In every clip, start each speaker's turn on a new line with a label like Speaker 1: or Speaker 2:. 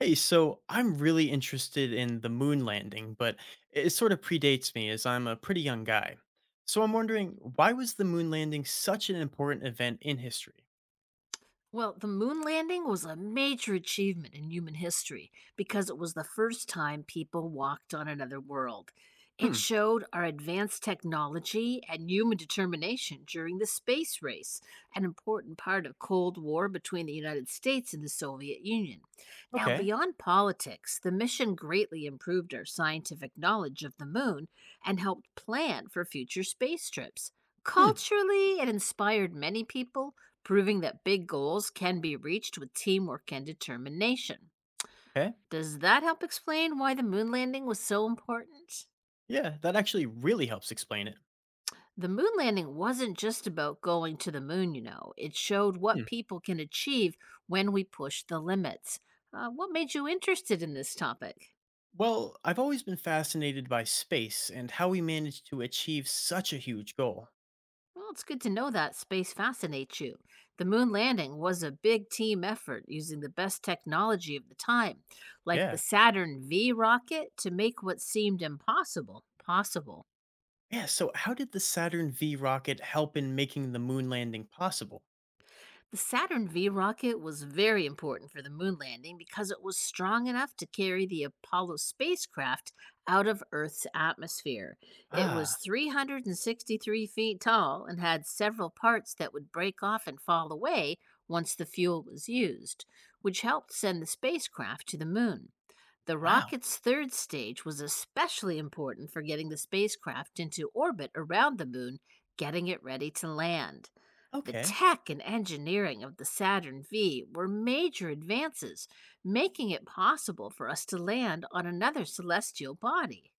Speaker 1: Hey, so I'm really interested in the moon landing, but it sort of predates me as I'm a pretty young guy. So I'm wondering, why was the moon landing such an important event in history?
Speaker 2: Well, the moon landing was a major achievement in human history because it was the first time people walked on another world. It
Speaker 1: Hmm.
Speaker 2: showed our advanced technology and human determination during the space race, an important part of Cold War between the United States and the Soviet Union. Now,
Speaker 1: Okay.
Speaker 2: beyond politics, the mission greatly improved our scientific knowledge of the moon and helped plan for future space trips.
Speaker 1: Hmm.
Speaker 2: Culturally, it inspired many people proving that big goals can be reached with teamwork and determination.
Speaker 1: Okay.
Speaker 2: Does that help explain why the moon landing was so important?
Speaker 1: Yeah, that actually really helps explain it.
Speaker 2: The moon landing wasn't just about going to the moon, you know. It showed what
Speaker 1: Hmm.
Speaker 2: people can achieve when we push the limits. What made you interested in this topic?
Speaker 1: Well, I've always been fascinated by space and how we managed to achieve such a huge goal.
Speaker 2: Well, it's good to know that space fascinates you. The moon landing was a big team effort using the best technology of the time, like the
Speaker 1: Yeah.
Speaker 2: Saturn V rocket, to make what seemed impossible possible.
Speaker 1: Yeah, so how did the Saturn V rocket help in making the moon landing possible?
Speaker 2: The Saturn V rocket was very important for the moon landing because it was strong enough to carry the Apollo spacecraft out of Earth's atmosphere. It was
Speaker 1: Ah,
Speaker 2: 363 feet tall and had several parts that would break off and fall away once the fuel was used, which helped send the spacecraft to the moon. The
Speaker 1: wow.
Speaker 2: rocket's third stage was especially important for getting the spacecraft into orbit around the moon, getting it ready to land. The
Speaker 1: Okay.
Speaker 2: tech and engineering of the Saturn V were major advances, making it possible for us to land on another celestial body.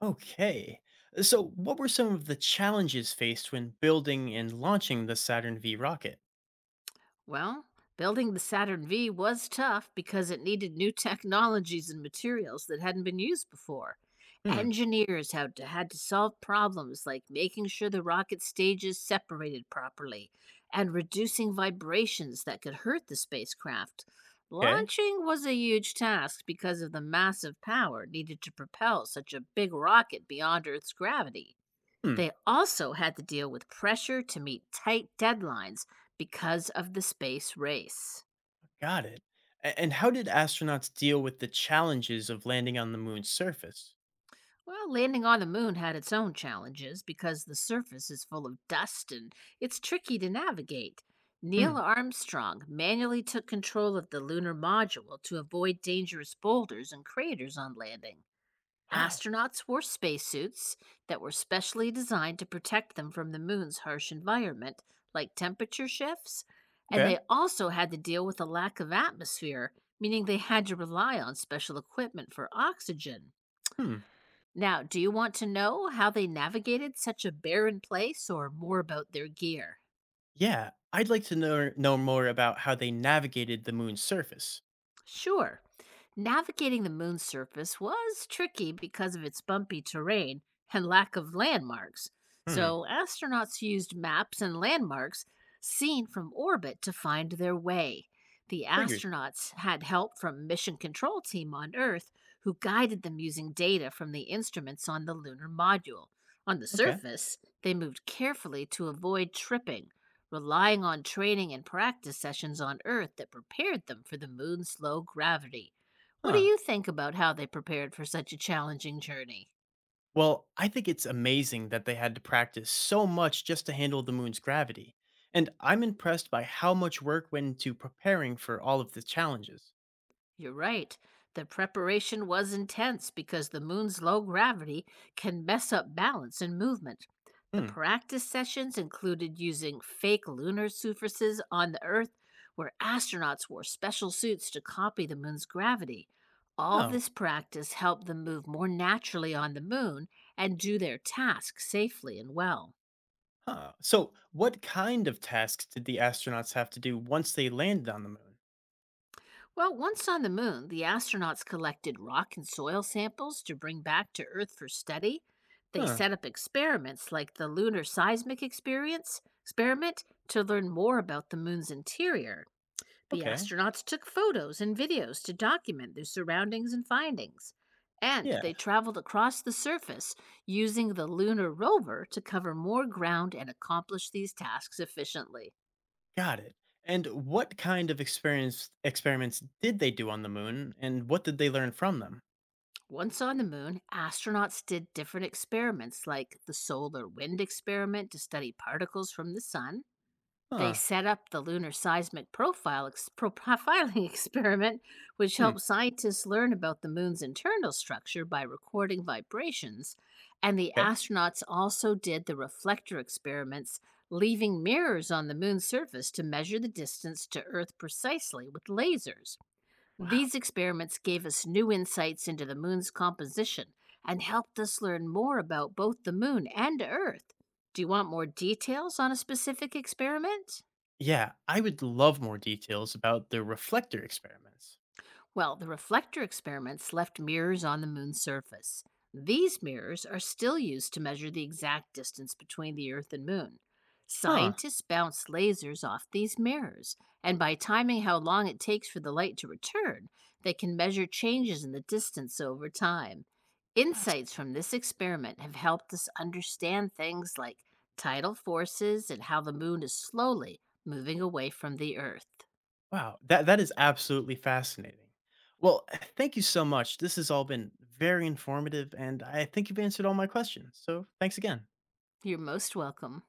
Speaker 1: Okay. So, what were some of the challenges faced when building and launching the Saturn V rocket?
Speaker 2: Well, building the Saturn V was tough because it needed new technologies and materials that hadn't been used before.
Speaker 1: Hmm.
Speaker 2: Engineers had to solve problems like making sure the rocket stages separated properly and reducing vibrations that could hurt the spacecraft.
Speaker 1: Okay.
Speaker 2: Launching was a huge task because of the massive power needed to propel such a big rocket beyond Earth's gravity.
Speaker 1: Hmm.
Speaker 2: They also had to deal with pressure to meet tight deadlines because of the space race.
Speaker 1: Got it. And how did astronauts deal with the challenges of landing on the moon's surface?
Speaker 2: Well, landing on the moon had its own challenges because the surface is full of dust and it's tricky to navigate.
Speaker 1: Hmm.
Speaker 2: Neil Armstrong manually took control of the lunar module to avoid dangerous boulders and craters on landing.
Speaker 1: Wow.
Speaker 2: Astronauts wore spacesuits that were specially designed to protect them from the moon's harsh environment, like temperature shifts, and
Speaker 1: Okay.
Speaker 2: they also had to deal with a lack of atmosphere, meaning they had to rely on special equipment for oxygen.
Speaker 1: Hmm.
Speaker 2: Now, do you want to know how they navigated such a barren place or more about their gear?
Speaker 1: Yeah. I'd like to know more about how they navigated the moon's surface.
Speaker 2: Sure. Navigating the moon's surface was tricky because of its bumpy terrain and lack of landmarks.
Speaker 1: Hmm.
Speaker 2: So, astronauts used maps and landmarks seen from orbit to find their way. The
Speaker 1: Figures.
Speaker 2: astronauts had help from mission control team on Earth who guided them using data from the instruments on the lunar module. On the
Speaker 1: Okay.
Speaker 2: surface, they moved carefully to avoid tripping relying on training and practice sessions on Earth that prepared them for the moon's low gravity. What do
Speaker 1: Huh.
Speaker 2: you think about how they prepared for such a challenging journey?
Speaker 1: Well, I think it's amazing that they had to practice so much just to handle the moon's gravity, and I'm impressed by how much work went into preparing for all of the challenges.
Speaker 2: You're right. The preparation was intense because the moon's low gravity can mess up balance and movement. The
Speaker 1: Hmm.
Speaker 2: practice sessions included using fake lunar surfaces on the Earth, where astronauts wore special suits to copy the moon's gravity. All
Speaker 1: Oh,
Speaker 2: this practice helped them move more naturally on the moon and do their tasks safely and well.
Speaker 1: huh. So, what kind of tasks did the astronauts have to do once they landed on the moon?
Speaker 2: Well, once on the moon, the astronauts collected rock and soil samples to bring back to Earth for study. They
Speaker 1: Huh.
Speaker 2: set up experiments like the Lunar Seismic Experience experiment to learn more about the moon's interior. The
Speaker 1: Okay.
Speaker 2: astronauts took photos and videos to document their surroundings and findings. And
Speaker 1: Yeah,
Speaker 2: they traveled across the surface using the lunar rover to cover more ground and accomplish these tasks efficiently.
Speaker 1: got it. And what kind of experience experiments did they do on the moon, and what did they learn from them?
Speaker 2: Once on the moon, astronauts did different experiments like the solar wind experiment to study particles from the sun. They
Speaker 1: Huh.
Speaker 2: set up the lunar seismic profile profiling experiment, which
Speaker 1: Hmm.
Speaker 2: helped scientists learn about the moon's internal structure by recording vibrations. And the
Speaker 1: Okay.
Speaker 2: astronauts also did the reflector experiments, leaving mirrors on the moon's surface to measure the distance to Earth precisely with lasers.
Speaker 1: Wow.
Speaker 2: These experiments gave us new insights into the moon's composition and helped us learn more about both the moon and Earth. Do you want more details on a specific experiment?
Speaker 1: Yeah, I would love more details about the reflector experiments.
Speaker 2: Well, the reflector experiments left mirrors on the moon's surface. These mirrors are still used to measure the exact distance between the Earth and moon.
Speaker 1: Huh,
Speaker 2: Scientists bounce lasers off these mirrors, and by timing how long it takes for the light to return, they can measure changes in the distance over time. Insights
Speaker 1: fascinating.
Speaker 2: from this experiment have helped us understand things like tidal forces and how the moon is slowly moving away from the Earth.
Speaker 1: Wow, that is absolutely fascinating. Well, thank you so much. This has all been very informative and I think you've answered all my questions. So, thanks again.
Speaker 2: You're most welcome.